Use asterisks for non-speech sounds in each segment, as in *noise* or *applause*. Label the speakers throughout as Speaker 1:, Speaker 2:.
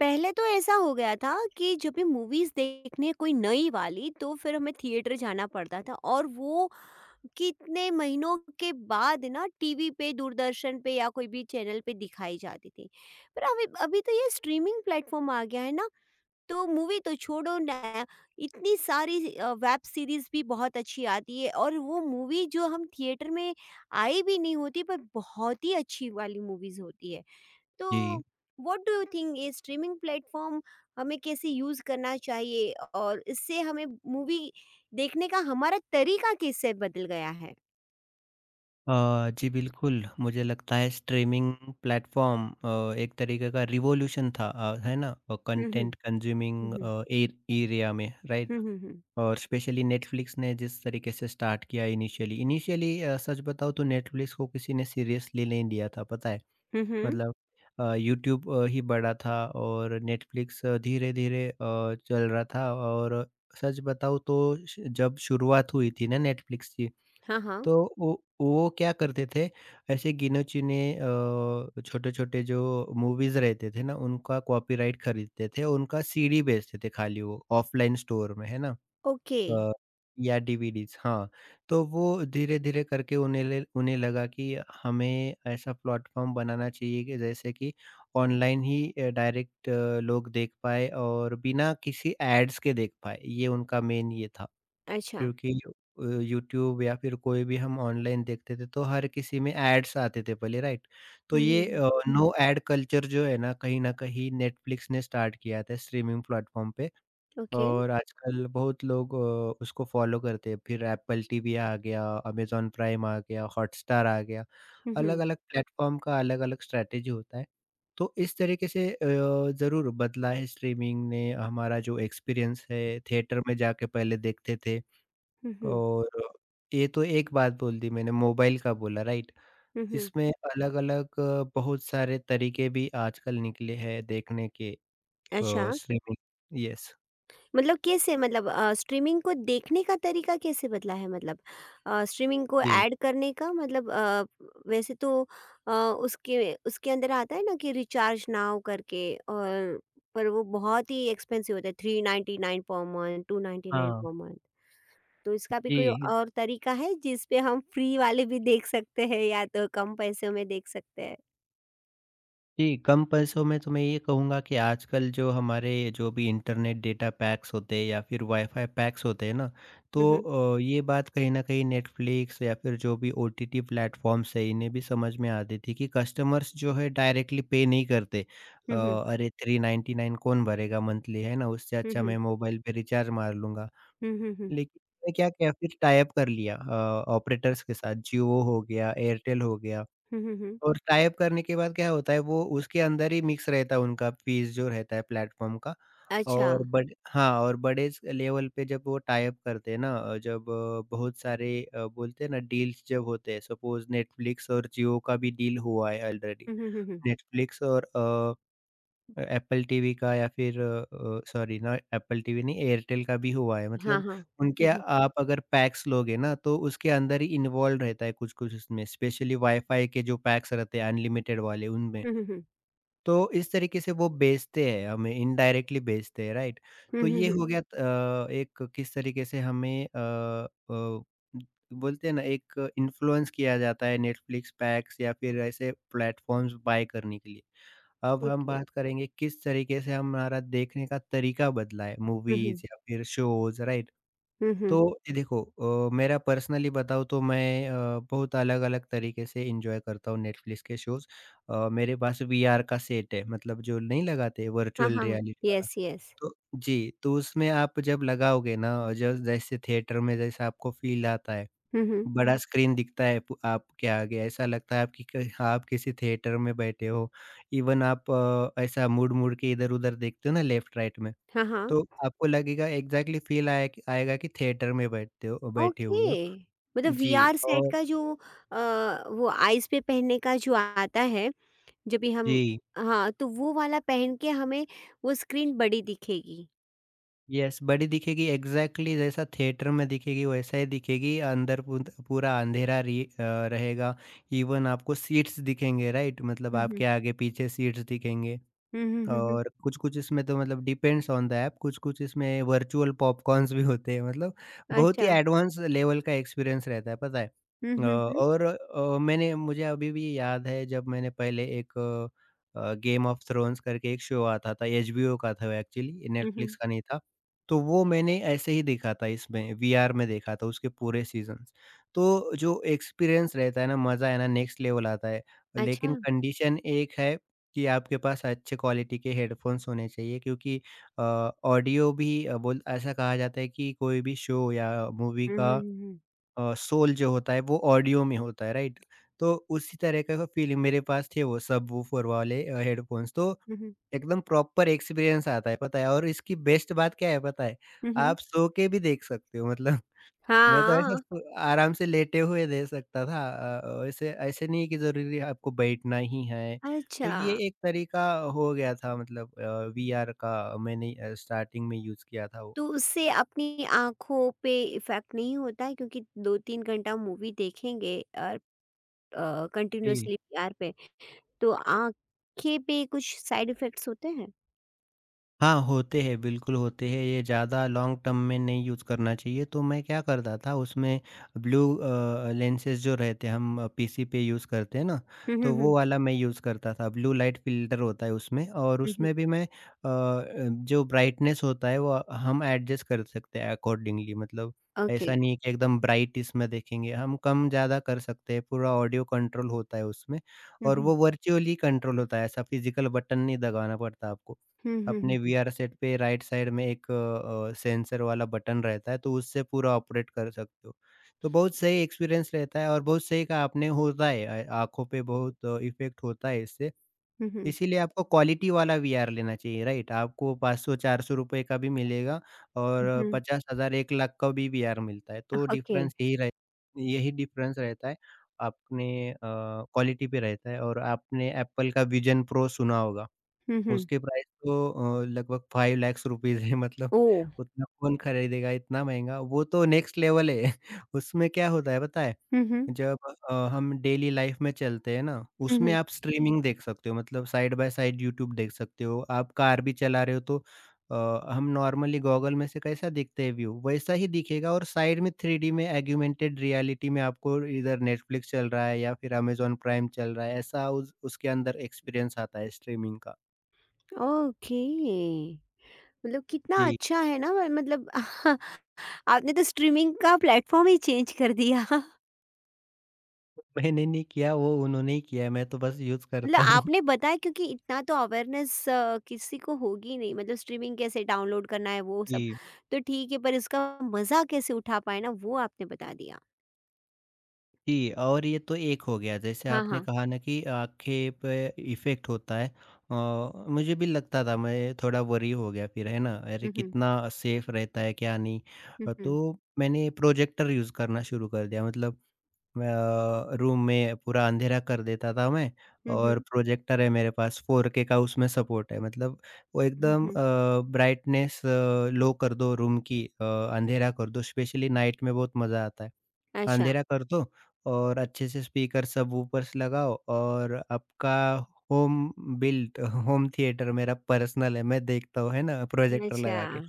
Speaker 1: पहले तो ऐसा हो गया था कि जब भी मूवीज़ देखने कोई नई वाली तो फिर हमें थिएटर जाना पड़ता था। और वो कितने महीनों के बाद ना टीवी पे, दूरदर्शन पे या कोई भी चैनल पे दिखाई जाती थी। पर अभी अभी तो ये स्ट्रीमिंग प्लेटफॉर्म आ गया है ना, तो मूवी तो छोड़ो ना, इतनी सारी वेब सीरीज भी बहुत अच्छी आती है। और वो मूवी जो हम थिएटर में आई भी नहीं होती पर बहुत ही अच्छी वाली मूवीज होती है।
Speaker 2: जी।
Speaker 1: तो व्हाट डू यू थिंक, ये स्ट्रीमिंग प्लेटफॉर्म हमें कैसे यूज़ करना चाहिए और इससे हमें मूवी देखने का हमारा तरीका कैसे बदल गया है?
Speaker 2: जी बिल्कुल, मुझे लगता है स्ट्रीमिंग प्लेटफ़ॉर्म एक तरीके का रिवॉल्यूशन था है ना?
Speaker 1: हुँ, हुँ।
Speaker 2: कंटेंट
Speaker 1: हुँ,
Speaker 2: कंज्यूमिंग
Speaker 1: हुँ।
Speaker 2: अ, एर एरिया में, राइट?
Speaker 1: हुँ, हुँ, हुँ।
Speaker 2: और स्पेशली नेटफ्लिक्स ने जिस तरीके से स्टार्ट किया इनिशियली इनिशियली अ, सच बताऊँ तो नेटफ्लिक्स को किसी ने सीरियसली नहीं लिया था, पता है?
Speaker 1: हुँ, हुँ।
Speaker 2: मतलब यूट्यूब ही बड़ा था और नेटफ्लिक्स धीरे-धीरे चल रहा था और सच बताऊँ तो श जब शुरुआत हुई थी ना नेटफ्लिक्स की
Speaker 1: हाँ, हाँ।
Speaker 2: तो वो क्या करते थे ऐसे गिने-चुने छोटे-छोटे जो मूवीज़ रहते थे ना उनका कॉपीराइट खरीदते थे, उनका सीडी बेचते थे खाली वो ऑफलाइन स्टोर में है ना?
Speaker 1: ओके।
Speaker 2: अ, या डीवीडीज़। हाँ, तो वो धीरे-धीरे करके उन्हें लगा कि हमें ऐसा प्लेटफ़ॉर्म बनाना चाहिए कि जैसे कि ऑनलाइन ही डायरेक्ट लोग देख पाएँ और बिना किसी एड्स के देख पाएँ, ये उनका मेन ये था।
Speaker 1: अच्छा।
Speaker 2: क्योंकि यूट्यूब या फिर कोई भी हम ऑनलाइन देखते थे तो हर किसी में एड्स आते थे पहले, राइट? तो
Speaker 1: हुँ, हुँ,
Speaker 2: ये
Speaker 1: हुँ।
Speaker 2: नो एड कल्चर जो है ना कहीं न कहीं नेटफ्लिक्स ने स्टार्ट किया था स्ट्रीमिंग प्लेटफ़ॉर्म पे
Speaker 1: ओके।
Speaker 2: और आजकल बहुत लोग उसको फ़ॉलो करते हैं। फिर एप्पल टीवी आ गया, अमेज़न प्राइम आ गया, हॉटस्टार आ गया।
Speaker 1: हुँ, हुँ।
Speaker 2: अलग-अलग प्लेटफ़ॉर्म का अलग-अलग स्ट्रैटेजी होता है। तो इस तरीके से ज़रूर बदला है स्ट्रीमिंग ने हमारा जो एक्सपीरियंस है थिएटर में जाके पहले देखते थे।
Speaker 1: हुँ, हुँ।
Speaker 2: और ये तो एक बात बोल दी मैंने, मोबाइल का बोला, राइट?
Speaker 1: हुँ, हुँ।
Speaker 2: इसमें अलग-अलग बहुत सारे तरीके भी आजकल निकले हैं देखने के।
Speaker 1: अच्छा।
Speaker 2: स्ट्रीमिंग। यस।
Speaker 1: मतलब कैसे, मतलब स्ट्रीमिंग को देखने का तरीका कैसे बदला है, मतलब स्ट्रीमिंग को
Speaker 2: जी।
Speaker 1: ऐड करने का मतलब वैसे तो उसके उसके अंदर आता है ना कि रिचार्ज नाउ करके। और पर वो बहुत ही एक्सपेंसिव होता है, three ninety nine per month, two ninety nine
Speaker 2: हाँ।
Speaker 1: Per month. तो इसका भी कोई
Speaker 2: जी।
Speaker 1: और तरीका है जिस पे हम फ्री वाले भी देख सकते हैं या तो कम पैसे में देख सकते हैं?
Speaker 2: जी, कम पैसों में तो मैं ये कहूँगा कि आजकल जो हमारे जो भी इंटरनेट डेटा पैक्स होते हैं या फिर वाईफ़ाई पैक्स होते हैं ना, तो
Speaker 1: हम्म,
Speaker 2: ये बात कहीं न कहीं नेटफ्लिक्स या फिर जो भी ओटीटी प्लेटफ़ॉर्म्स हैं, इन्हें भी समझ में आती थी कि कस्टमर्स जो है डायरेक्टली पे नहीं करते।
Speaker 1: हम्म, हम्म,
Speaker 2: अरे, 399 कौन भरेगा मंथली, है ना? उससे अच्छा
Speaker 1: हम्म।
Speaker 2: मैं मोबाइल पे रिचार्ज मार लूँगा।
Speaker 1: हम्म, हम्म। हम्म,
Speaker 2: लेकिन उसने क्या किया फिर, टाई अप कर लिया ऑपरेटर्स के साथ, जियो हो गया, एयरटेल हो गया
Speaker 1: हम्म। हम्म।
Speaker 2: और टाई अप करने के बाद क्या होता है, वो उसके अंदर ही मिक्स रहता है उनका फीस जो रहता है प्लेटफ़ॉर्म का।
Speaker 1: अच्छा,
Speaker 2: और
Speaker 1: हम्म।
Speaker 2: बड़े, हाँ, और बड़े स लेवल पे जब वो टाई अप करते हैं ना, जब बहुत सारे बोलते हैं ना डील्स जब होते हैं, सपोज़ नेटफ्लिक्स और जियो का भी डील हुआ है already.
Speaker 1: Hmm, hmm, hmm.
Speaker 2: Netflix और एप्पल टीवी का या फिर सॉरी ना एप्पल टीवी नहीं एयरटेल का भी हुआ है,
Speaker 1: हाँ,
Speaker 2: मतलब
Speaker 1: हाँ। हम्म,
Speaker 2: उनके
Speaker 1: हम्म,
Speaker 2: आप अगर पैक्स लोगे ना तो उसके अंदर ही इन्वॉल्व रहता है कुछ कुछ, उसमें स्पेशली वाईफाई के जो पैक्स रहते हैं अनलिमिटेड वाले उनमें।
Speaker 1: हम्म, हम्म।
Speaker 2: तो इस तरीके से वो बेचते हैं हमें, इनडायरेक्टली बेचते हैं, राइट?
Speaker 1: हुँ,
Speaker 2: तो
Speaker 1: हुँ,
Speaker 2: ये
Speaker 1: हुँ।
Speaker 2: हो गया एक, किस तरीके से हमें बोलते हैं ना एक इन्फ्लुएंस किया जाता है नेटफ्लिक्स पैक्स या फिर ऐसे प्लेटफॉर्म्स बाय करने के लिए। अब हम
Speaker 1: ओके।
Speaker 2: बात करेंगे किस तरीके से हमारा देखने का तरीका बदला है
Speaker 1: हुँ, हुँ।
Speaker 2: मूवीज़ या फिर शोज़, राइट?
Speaker 1: हुँ,
Speaker 2: तो
Speaker 1: हुँ।
Speaker 2: ये देखो, मेरा पर्सनली बताऊँ तो मैं बहुत अलग-अलग तरीके से एन्जॉय करता हूँ नेटफ्लिक्स के शोज़। मेरे पास वीआर का सेट है, मतलब जो नहीं लगाते
Speaker 1: हाँ,
Speaker 2: वर्चुअल
Speaker 1: हाँ।
Speaker 2: रियलिटी वाला।
Speaker 1: Yes, yes.
Speaker 2: तो जी, तो उसमें आप जब लगाओगे ना, जब जैसे थिएटर में जैसा आपको फ़ील आता है,
Speaker 1: हुँ, हुँ।
Speaker 2: बड़ा स्क्रीन दिखता है प आपके आगे, ऐसा लगता है आपकी क आप किसी थिएटर में बैठे हो। इवन आप ऐसा मुड़-मुड़ के इधर-उधर देखते हो ना लेफ्ट-राइट में,
Speaker 1: हाँ, हाँ।
Speaker 2: तो आपको लगेगा एग्ज़ैक्टली फ़ील आए आएगा कि थिएटर में बैठते हो बैठे हुए
Speaker 1: ओके। मतलब
Speaker 2: हो। जी।
Speaker 1: वीआर सेट
Speaker 2: और
Speaker 1: का जो अ, वो आईज़ पे पहनने का जो आता है, जब भी हम,
Speaker 2: जी,
Speaker 1: हाँ, तो वो वाला पहन के हमें वो स्क्रीन बड़ी दिखेगी।
Speaker 2: यस, बड़ी दिखेगी एग्ज़ैक्टली, जैसा थिएटर में दिखेगी वैसा ही दिखेगी, अंदर पूत पूरा अँधेरा रहेगा। इवन आपको सीट्स दिखेंगे, राइट? मतलब
Speaker 1: हुँ, हुँ।
Speaker 2: आपके आगे-पीछे सीट्स दिखेंगे।
Speaker 1: हुँ, हुँ, हुँ, हुँ।
Speaker 2: और कुछ-कुछ इसमें तो, मतलब डिपेंड्स ऑन द ऐप, कुछ-कुछ इसमें वर्चुअल पॉपकॉर्न्स भी होते हैं, मतलब बहुत ही
Speaker 1: अच्छा।
Speaker 2: एडवांस लेवल का एक्सपीरियंस रहता है, पता है।
Speaker 1: हुँ,
Speaker 2: अ,
Speaker 1: हुँ, हुँ।
Speaker 2: और अ, मैंने मुझे अभी भी याद है जब मैंने पहले एक गेम ऑफ थ्रोन्स करके एक शो आता था, एचबीओ का था वो एक्चुअली,
Speaker 1: हुँ, हुँ।
Speaker 2: नेटफ्लिक्स का नहीं था। तो वो मैंने ऐसे ही देखा था इसमें, वीआर में देखा था उसके पूरे सीज़न्स। तो जो एक्सपीरियंस रहता है ना, मज़ा है ना, नेक्स्ट लेवल आता है।
Speaker 1: अच्छा।
Speaker 2: लेकिन कंडीशन एक है कि आपके पास अच्छे क्वालिटी के हेडफ़ोन्स होने चाहिए क्योंकि अ, ऑडियो भी अ, बोल ऐसा कहा जाता है कि कोई भी शो या मूवी
Speaker 1: हुँ, हुँ,
Speaker 2: का
Speaker 1: हुँ, हुँ।
Speaker 2: सोल जो होता है वो ऑडियो में होता है, राइट? तो उसी तरह का फ़ीलिंग मेरे पास थे, वो सबवूफ़र वाले हेडफ़ोन्स, तो
Speaker 1: हुँ, हुँ।
Speaker 2: एकदम प्रॉपर एक्सपीरियंस आता है, पता है। और इसकी बेस्ट बात क्या है पता है?
Speaker 1: हुँ, हुँ।
Speaker 2: आप सो के भी देख सकते हो, मतलब मैं तो ऐसे
Speaker 1: हाँ।
Speaker 2: इसको आराम से लेटे हुए दे सकता था। वैसे ऐसे नहीं कि ज़रूरी आपको बैठना ही है। तो
Speaker 1: अच्छा।
Speaker 2: ये एक तरीका हो गया था, मतलब वीआर का मैंने स्टार्टिंग में यूज़ किया था वो।
Speaker 1: तो उससे अपनी आँखों पे इफ़ेक्ट नहीं होता है क्योंकि 2-3 घंटा मूवी देखेंगे और कंटिन्यूअसली पीआर पे, तो आँखें पे कुछ साइड इफ़ेक्ट्स होते हैं?
Speaker 2: हाँ, होते हैं, बिल्कुल होते हैं। ये ज़्यादा लॉन्ग टर्म में नहीं यूज़ करना चाहिए, तो मैं क्या करता था उसमें, ब्लू लेंसेज़ जो रहते हैं, हम पीसी पे यूज़ करते हैं ना,
Speaker 1: हुँ, हुँ,
Speaker 2: तो
Speaker 1: हुँ,
Speaker 2: वो वाला मैं यूज़ करता था। ब्लू लाइट फ़िल्टर होता है उसमें, और
Speaker 1: हुँ, हुँ।
Speaker 2: उसमें भी मैं जो ब्राइटनेस होता है वो हम एडजस्ट कर सकते हैं अकॉर्डिंगली, मतलब
Speaker 1: ओके।
Speaker 2: ऐसा नहीं है कि एकदम ब्राइट इसमें देखेंगे, हम कम-ज़्यादा कर सकते हैं, पूरा ऑडियो कंट्रोल होता है उसमें,
Speaker 1: हुँ,
Speaker 2: और
Speaker 1: हुँ,
Speaker 2: वो वर्चुअली कंट्रोल होता है, ऐसा फिज़िकल बटन नहीं दबाना पड़ता आपको।
Speaker 1: हुँ,
Speaker 2: अपने
Speaker 1: हुँ,
Speaker 2: वीआर सेट पे राइट साइड में एक सेंसर वाला बटन रहता है, तो उससे पूरा ऑपरेट कर सकते हो। तो बहुत सही एक्सपीरियंस रहता है, और बहुत सही कहा आपने, होता है आँखों पे बहुत इफ़ेक्ट होता है इससे।
Speaker 1: हुँ, हुँ, हुँ,
Speaker 2: इसीलिए आपको क्वालिटी वाला वीआर लेना चाहिए, राइट? आपको 500-400 रुपए का भी मिलेगा और
Speaker 1: हुँ।
Speaker 2: 50,000 1,00,000 का भी वीआर मिलता है, तो
Speaker 1: ओके।
Speaker 2: डिफरेंस यही रह यही डिफरेंस रहता है, आपने क्वालिटी पे रहता है। और आपने एप्पल का विज़न प्रो सुना होगा।
Speaker 1: हुँ, हुँ।
Speaker 2: उसके प्राइस तो लगभग 5 लैक्स रुपीज़ है, मतलब
Speaker 1: ओह!
Speaker 2: उतना कौन खरीदेगा, इतना महँगा? वो तो नेक्स्ट लेवल है। *laughs* उसमें क्या होता है पता है?
Speaker 1: हुँ, हुँ,
Speaker 2: जब हम डेली लाइफ़ में चलते हैं ना,
Speaker 1: हुँ,
Speaker 2: उसमें
Speaker 1: हुँ।
Speaker 2: आप स्ट्रीमिंग देख सकते हो, मतलब साइड बाय साइड यूट्यूब देख सकते हो। आप कार भी चला रहे हो तो अ, हम नॉर्मली गॉगल में से कैसा दिखते हैं व्यू, वैसा ही दिखेगा और साइड में 3D में ऑगमेंटेड रियलिटी में आपको इधर नेटफ्लिक्स चल रहा है या फिर अमेज़न प्राइम चल रहा है, ऐसा उस उसके अंदर एक्सपीरियंस आता है स्ट्रीमिंग का।
Speaker 1: ओके। मतलब कितना
Speaker 2: जी।
Speaker 1: अच्छा है ना। मतलब *laughs* आपने तो स्ट्रीमिंग का प्लेटफ़ॉर्म ही चेंज कर दिया।
Speaker 2: मैंने नहीं किया, वो उन्होंने ही किया है, मैं तो बस यूज़
Speaker 1: मतलब
Speaker 2: करता हूँ।
Speaker 1: आपने बताया, क्योंकि इतना तो अवेयरनेस किसी को होगी नहीं। मतलब स्ट्रीमिंग कैसे डाउनलोड करना है वो सब
Speaker 2: जी,
Speaker 1: तो ठीक है, पर इसका मज़ा कैसे उठा पाए ना, वो आपने बता दिया।
Speaker 2: जी, और ये तो एक हो गया, जैसे
Speaker 1: हाँ,
Speaker 2: आपने
Speaker 1: हाँ।
Speaker 2: कहा ना कि आँखें पे इफ़ेक्ट होता है, अ, मुझे भी लगता था, मैं थोड़ा वरी हो गया फिर, है ना? अरे!
Speaker 1: हुँ, हुँ।
Speaker 2: कितना सेफ रहता है, क्या नहीं?
Speaker 1: हुँ, हुँ।
Speaker 2: तो मैंने प्रोजेक्टर यूज़ करना शुरू कर दिया, मतलब रूम में पूरा अंधेरा कर देता था मैं।
Speaker 1: हुँ,
Speaker 2: हुँ। और
Speaker 1: हुँ।
Speaker 2: प्रोजेक्टर है मेरे पास 4K का, उसमें सपोर्ट है, मतलब वो
Speaker 1: हुँ,
Speaker 2: एकदम
Speaker 1: हुँ।
Speaker 2: ब्राइटनेस लो कर दो रूम की, अंधेरा कर दो स्पेशली, नाइट में बहुत मज़ा आता है।
Speaker 1: अच्छा,
Speaker 2: अंधेरा कर दो और अच्छे से स्पीकर सबवूफर्स लगाओ और आपका होम बिल्ट *laughs* होम थिएटर मेरा पर्सनल है, मैं देखता हूँ है ना प्रोजेक्टर
Speaker 1: अच्छा।
Speaker 2: लगा के।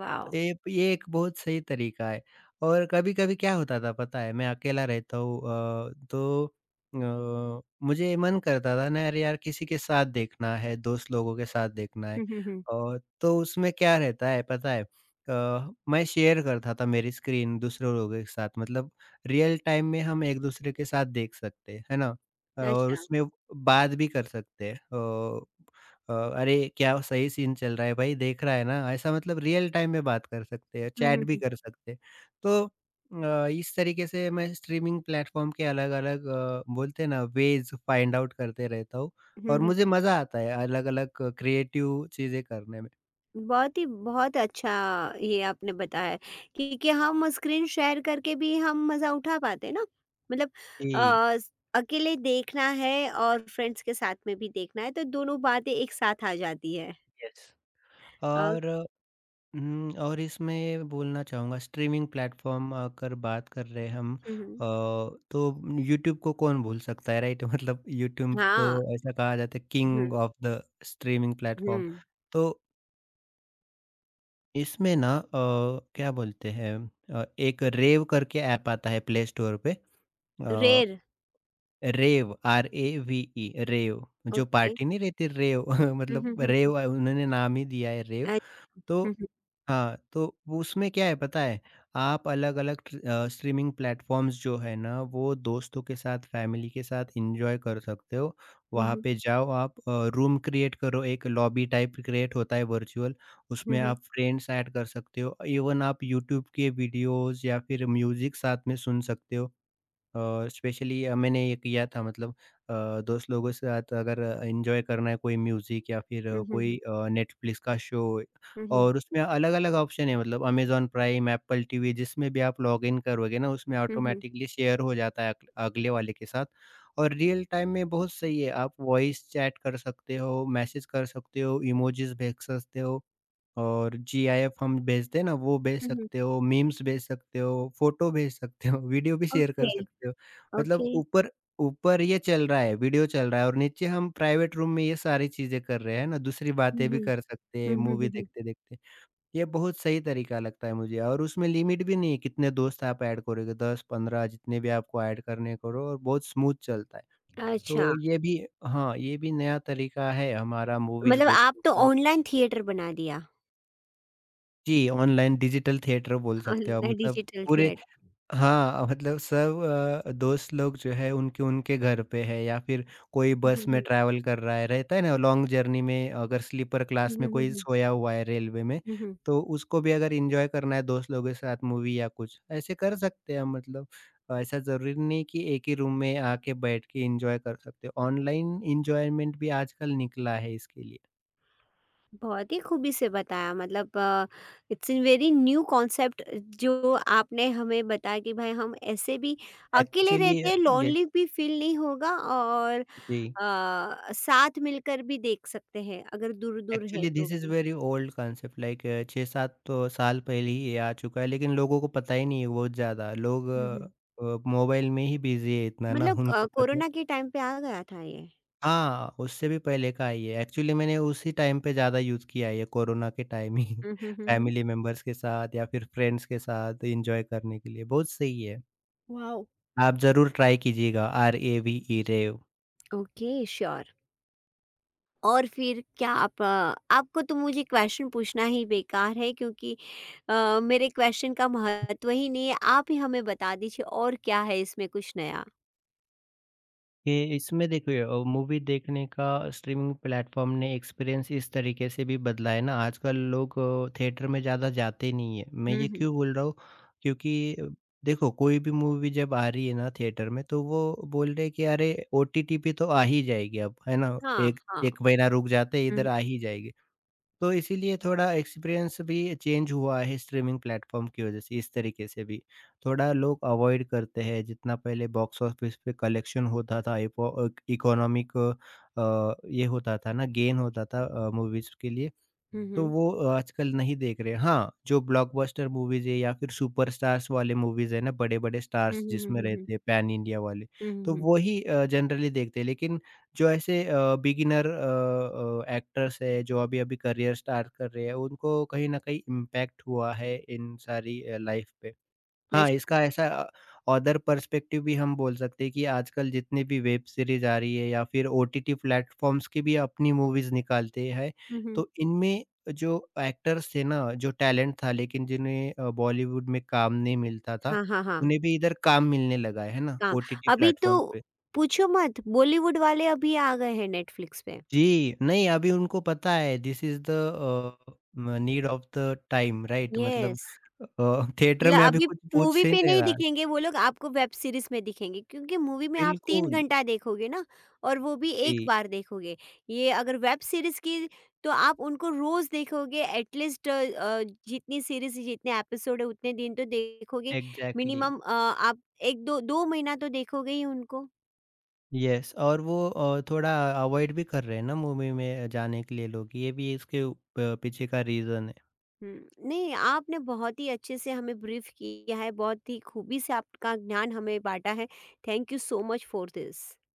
Speaker 1: वॉव!
Speaker 2: ये एक बहुत सही तरीका है। और कभी-कभी क्या होता था पता है, मैं अकेला रहता हूँ, तो अ, मुझे मन करता था ना, अरे यार किसी के साथ देखना है, दोस्त लोगों के साथ देखना है।
Speaker 1: हुँ, हुँ, हुँ।
Speaker 2: और तो उसमें क्या रहता है पता है, मैं शेयर करता था मेरी स्क्रीन दूसरे लोगों के साथ, मतलब रियल टाइम में हम एक-दूसरे के साथ देख सकते हैं, है ना? और
Speaker 1: अच्छा।
Speaker 2: उसमें बात भी कर सकते हैं। अ अ, अरे! क्या सही सीन चल रहा है भाई, देख रहा है ना? ऐसा, मतलब रियल टाइम में बात कर सकते हैं,
Speaker 1: हुँ,
Speaker 2: चैट
Speaker 1: हुँ,
Speaker 2: भी
Speaker 1: हुँ।
Speaker 2: कर सकते हैं। तो इस तरीके से मैं स्ट्रीमिंग प्लेटफ़ॉर्म के अलग-अलग बोलते हैं ना वेज़ फाइंड आउट करते रहता हूँ,
Speaker 1: हुँ,
Speaker 2: और
Speaker 1: हुँ।
Speaker 2: मुझे मज़ा आता है अलग-अलग क्रिएटिव चीज़ें करने में।
Speaker 1: बहुत ही, बहुत अच्छा ये आपने बताया कि हम स्क्रीन शेयर करके भी हम मज़ा उठा पाते हैं ना। मतलब
Speaker 2: जी,
Speaker 1: अकेले देखना है और फ्रेंड्स के साथ में भी देखना है तो दोनों बातें एक साथ आ जाती है।
Speaker 2: यस।
Speaker 1: अ,
Speaker 2: और हुँ, और इसमें बोलना चाहूँगा स्ट्रीमिंग प्लेटफ़ॉर्म अगर बात कर रहे हैं हम,
Speaker 1: हम्म,
Speaker 2: तो यूट्यूब को कौन भूल सकता है, राइट? *laughs* मतलब यूट्यूब तो
Speaker 1: हाँ।
Speaker 2: ऐसा कहा जाता है
Speaker 1: hmm,
Speaker 2: king of the streaming platform.
Speaker 1: Hmm.
Speaker 2: तो इसमें ना क्या बोलते हैं? एक रेव करके ऐप आता है प्ले स्टोर पे। अ,
Speaker 1: रेयर।
Speaker 2: रेव, RAVE रेव, जो
Speaker 1: ओके।
Speaker 2: पार्टी नहीं रहती रेव *laughs*
Speaker 1: हम्म, हम्म,
Speaker 2: मतलब
Speaker 1: हम्म, हम्म।
Speaker 2: रेव उन्होंने नाम ही दिया है, रेव।
Speaker 1: अच्छा।
Speaker 2: तो
Speaker 1: हम्म,
Speaker 2: हाँ, तो उसमें क्या है पता है, आप अलग-अलग स्ट्रीमिंग प्लेटफ़ॉर्म्स जो है ना, वो दोस्तों के साथ, फैमिली के साथ एन्जॉय कर सकते हो। वहाँ
Speaker 1: हम्म,
Speaker 2: पे जाओ आप, रूम क्रिएट करो, एक लॉबी टाइप क्रिएट होता है वर्चुअल,
Speaker 1: हम्म,
Speaker 2: उसमें
Speaker 1: हम्म,
Speaker 2: आप फ्रेंड्स ऐड कर सकते हो। इवन आप यूट्यूब के वीडियोज़ या फिर म्यूज़िक साथ में सुन सकते हो। और स्पेशली मैंने ये किया था, मतलब अ, दोस्त लोगों के साथ अगर एंजॉय करना है कोई म्यूज़िक या फिर कोई
Speaker 1: हम्म,
Speaker 2: अ, कोई नेटफ्लिक्स का शो,
Speaker 1: हम्म,
Speaker 2: और उसमें अलग-अलग ऑप्शन है, मतलब अमेज़न प्राइम, एप्पल टीवी, जिसमें भी आप लॉगिन करोगे ना उसमें
Speaker 1: हम्म,
Speaker 2: ऑटोमेटिकली शेयर हो जाता है अग अगले वाले के साथ। और रियल टाइम में बहुत सही है, आप वॉइस चैट कर सकते हो, मैसेज कर सकते हो, इमोजीज़ भेज सकते हो और जीआईएफ हम भेजते हैं ना, वो भेज
Speaker 1: हम्म।
Speaker 2: सकते हो, मीम्स भेज सकते हो, फ़ोटो भेज सकते हो, वीडियो भी शेयर कर
Speaker 1: ओके।
Speaker 2: सकते हो। मतलब
Speaker 1: ओके।
Speaker 2: ऊपर ऊपर ये चल रहा है, वीडियो चल रहा है और नीचे हम प्राइवेट रूम में ये सारी चीज़ें कर रहे हैं, है ना? दूसरी बातें
Speaker 1: हम्म,
Speaker 2: भी
Speaker 1: हम्म,
Speaker 2: कर सकते हैं,
Speaker 1: हम्म, हम्म,
Speaker 2: मूवी
Speaker 1: हम्म।
Speaker 2: देखते-देखते। ये बहुत सही तरीका लगता है मुझे, और उसमें लिमिट भी नहीं है, कितने दोस्त आप ऐड करोगे, 10-15 जितने भी आपको ऐड करने हैं करो, और बहुत स्मूथ चलता है। तो
Speaker 1: अच्छा।
Speaker 2: ये भी, हाँ, ये भी नया तरीका है हमारा मूवीज़
Speaker 1: मतलब आप
Speaker 2: देखने
Speaker 1: तो
Speaker 2: का।
Speaker 1: ऑनलाइन थिएटर बना दिया।
Speaker 2: जी, ऑनलाइन डिजिटल थिएटर बोल सकते हो आप,
Speaker 1: ऑनलाइन
Speaker 2: मतलब
Speaker 1: डिजिटल
Speaker 2: पूरे,
Speaker 1: थिएटर।
Speaker 2: हाँ, मतलब सब दोस्त लोग जो है उनके उनके घर पे है या फिर कोई
Speaker 1: हुँ,
Speaker 2: बस में
Speaker 1: हुँ,
Speaker 2: ट्रैवल कर रहा है, रहता है ना लॉन्ग जर्नी में, अगर स्लीपर
Speaker 1: हुँ,
Speaker 2: क्लास में
Speaker 1: हुँ, हुँ,
Speaker 2: कोई
Speaker 1: हुँ,
Speaker 2: सोया हुआ है रेलवे में,
Speaker 1: हुँ, हुँ।
Speaker 2: तो उसको भी अगर एन्जॉय करना है दोस्त लोगों के साथ मूवी या कुछ, ऐसे कर सकते हैं, मतलब ऐसा ज़रूरी नहीं कि एक ही रूम में आके बैठ के एन्जॉय कर सकते हो। ऑनलाइन एन्जॉयमेंट भी आजकल निकला है इसके लिए।
Speaker 1: बहुत ही खूबी से बताया। मतलब it's a very new concept जो आपने हमें बताया कि भाई हम ऐसे भी अकेले
Speaker 2: एक्चुअली
Speaker 1: रहते हैं,
Speaker 2: यस,
Speaker 1: लोनली भी फ़ील नहीं होगा। और
Speaker 2: जी।
Speaker 1: साथ मिलकर भी देख सकते हैं, अगर दूर-दूर है
Speaker 2: एक्चुअली
Speaker 1: तो
Speaker 2: दिस इज़
Speaker 1: भी।
Speaker 2: वेरी ओल्ड कांसेप्ट, लाइक 6-7 तो साल पहले ही ये आ चुका है, लेकिन लोगों को पता ही नहीं है बहुत ज़्यादा। लोग
Speaker 1: हुँ, हुँ।
Speaker 2: मोबाइल में ही बिज़ी है इतना, ना
Speaker 1: मतलब
Speaker 2: उनको पता है।
Speaker 1: कोरोना के टाइम पे आ गया था ये?
Speaker 2: हाँ, उससे भी पहले का है ये। एक्चुअली मैंने उसी टाइम पे ज़्यादा यूज़ किया है ये, कोरोना के टाइम ही
Speaker 1: हुँ, हुँ,
Speaker 2: *laughs*
Speaker 1: हुँ, हुँ।
Speaker 2: फैमिली मेंबर्स के साथ या फिर फ्रेंड्स के साथ एन्जॉय करने के लिए। बहुत सही है।
Speaker 1: वॉव!
Speaker 2: आप ज़रूर ट्राई कीजिएगा, RAVE रेव।
Speaker 1: Okay, sure. और फिर क्या, आप आपको तो मुझे क्वेश्चन पूछना ही बेकार है क्योंकि मेरे क्वेश्चन का महत्व ही नहीं है, आप ही हमें बता दीजिए। और क्या है इसमें कुछ नया?
Speaker 2: ये इसमें देखिए, मूवी देखने का स्ट्रीमिंग प्लेटफॉर्म ने एक्सपीरियंस इस तरीके से भी बदला है ना, आजकल लोग थिएटर में ज़्यादा जाते नहीं है। मैं
Speaker 1: हुँ,
Speaker 2: ये
Speaker 1: हुँ।
Speaker 2: क्यों बोल रहा हूँ? क्योंकि देखो कोई भी मूवी जब आ रही है ना थिएटर में, तो वो बोल रहे हैं कि अरे ओटीटी पे तो आ ही जाएगी अब, है ना?
Speaker 1: हाँ,
Speaker 2: एक
Speaker 1: हाँ।
Speaker 2: एक महीना रुक जाते इधर
Speaker 1: हुँ,
Speaker 2: आ ही जाएगी। तो इसीलिए थोड़ा एक्सपीरियंस भी चेंज हुआ है स्ट्रीमिंग प्लेटफ़ॉर्म की वज़ह से इस तरीके से भी। थोड़ा लोग अवॉइड करते हैं, जितना पहले बॉक्स ऑफ़िस पे कलेक्शन होता था, इकोनॉमिक ये होता था ना, गेन होता था मूवीज़ के लिए।
Speaker 1: हुँ,
Speaker 2: तो
Speaker 1: हुँ,
Speaker 2: वो आजकल नहीं देख रहे। हाँ, जो ब्लॉकबस्टर मूवीज़ है या फिर सुपरस्टार्स वाले मूवीज़ है ना, बड़े-बड़े
Speaker 1: हुँ,
Speaker 2: स्टार्स
Speaker 1: हुँ, हुँ,
Speaker 2: जिसमें
Speaker 1: हुँ, हुँ,
Speaker 2: रहते हैं पैन इंडिया वाले,
Speaker 1: हुँ, हुँ,
Speaker 2: तो
Speaker 1: हुँ।
Speaker 2: वही जनरली देखते हैं। लेकिन जो ऐसे बिगिनर एक्टर्स है, जो अभी-अभी करियर स्टार्ट कर रहे हैं, उनको कहीं न कहीं इम्पैक्ट हुआ है इन सारी लाइफ पे। हाँ,
Speaker 1: अच्छा।
Speaker 2: इसका ऐसा ऑथर पर्सपेक्टिव भी हम बोल सकते हैं कि आजकल जितनी भी वेब सीरीज़ आ रही है या फिर ओटीटी प्लेटफ़ॉर्म्स की भी अपनी मूवीज़ निकालते हैं।
Speaker 1: हुँ, हुँ।
Speaker 2: तो इनमें जो एक्टर्स थे ना, जो टैलेंट था लेकिन जिन्हें बॉलीवुड में काम नहीं मिलता था,
Speaker 1: हाँ, हाँ, हाँ,
Speaker 2: उन्हें भी इधर काम मिलने लगा है ना?
Speaker 1: हाँ।
Speaker 2: ओटीटी
Speaker 1: अभी तो
Speaker 2: प्लेटफ़ॉर्म पे।
Speaker 1: पूछो मत, बॉलीवुड वाले अभी आ गए हैं नेटफ्लिक्स पे।
Speaker 2: जी, नहीं अभी उनको पता है this is the uh, um need of the time, right? मतलब
Speaker 1: यस।
Speaker 2: थिएटर
Speaker 1: मतलब
Speaker 2: में अभी
Speaker 1: अभी
Speaker 2: कुछ
Speaker 1: मूवी
Speaker 2: पूछ ही
Speaker 1: पे
Speaker 2: नहीं
Speaker 1: नहीं
Speaker 2: रहा।
Speaker 1: दिखेंगे वो लोग, आपको वेब सीरीज़ में दिखेंगे, क्योंकि मूवी में आप 3
Speaker 2: बिल्कुल,
Speaker 1: घंटा देखोगे ना और वो भी एक
Speaker 2: जी।
Speaker 1: बार देखोगे। ये अगर वेब सीरीज़ की, तो आप उनको रोज़ देखोगे, एटलीस्ट जितनी सीरीज़ जितने एपिसोड है उतने दिन तो देखोगे।
Speaker 2: एग्ज़ैक्टली,
Speaker 1: मिनिमम आप 1-2 2 महीना तो देखोगे ही उनको।
Speaker 2: यस, और वो थोड़ा अवॉइड भी कर रहे हैं ना मूवी में जाने के लिए लोग, ये भी इसके प पीछे का रीज़न है।
Speaker 1: हुँ। नहीं, आपने बहुत ही अच्छे से हमें ब्रीफ़ किया है, बहुत ही खूबी से आपका ज्ञान हमें बाँटा है। Thank you so much for this.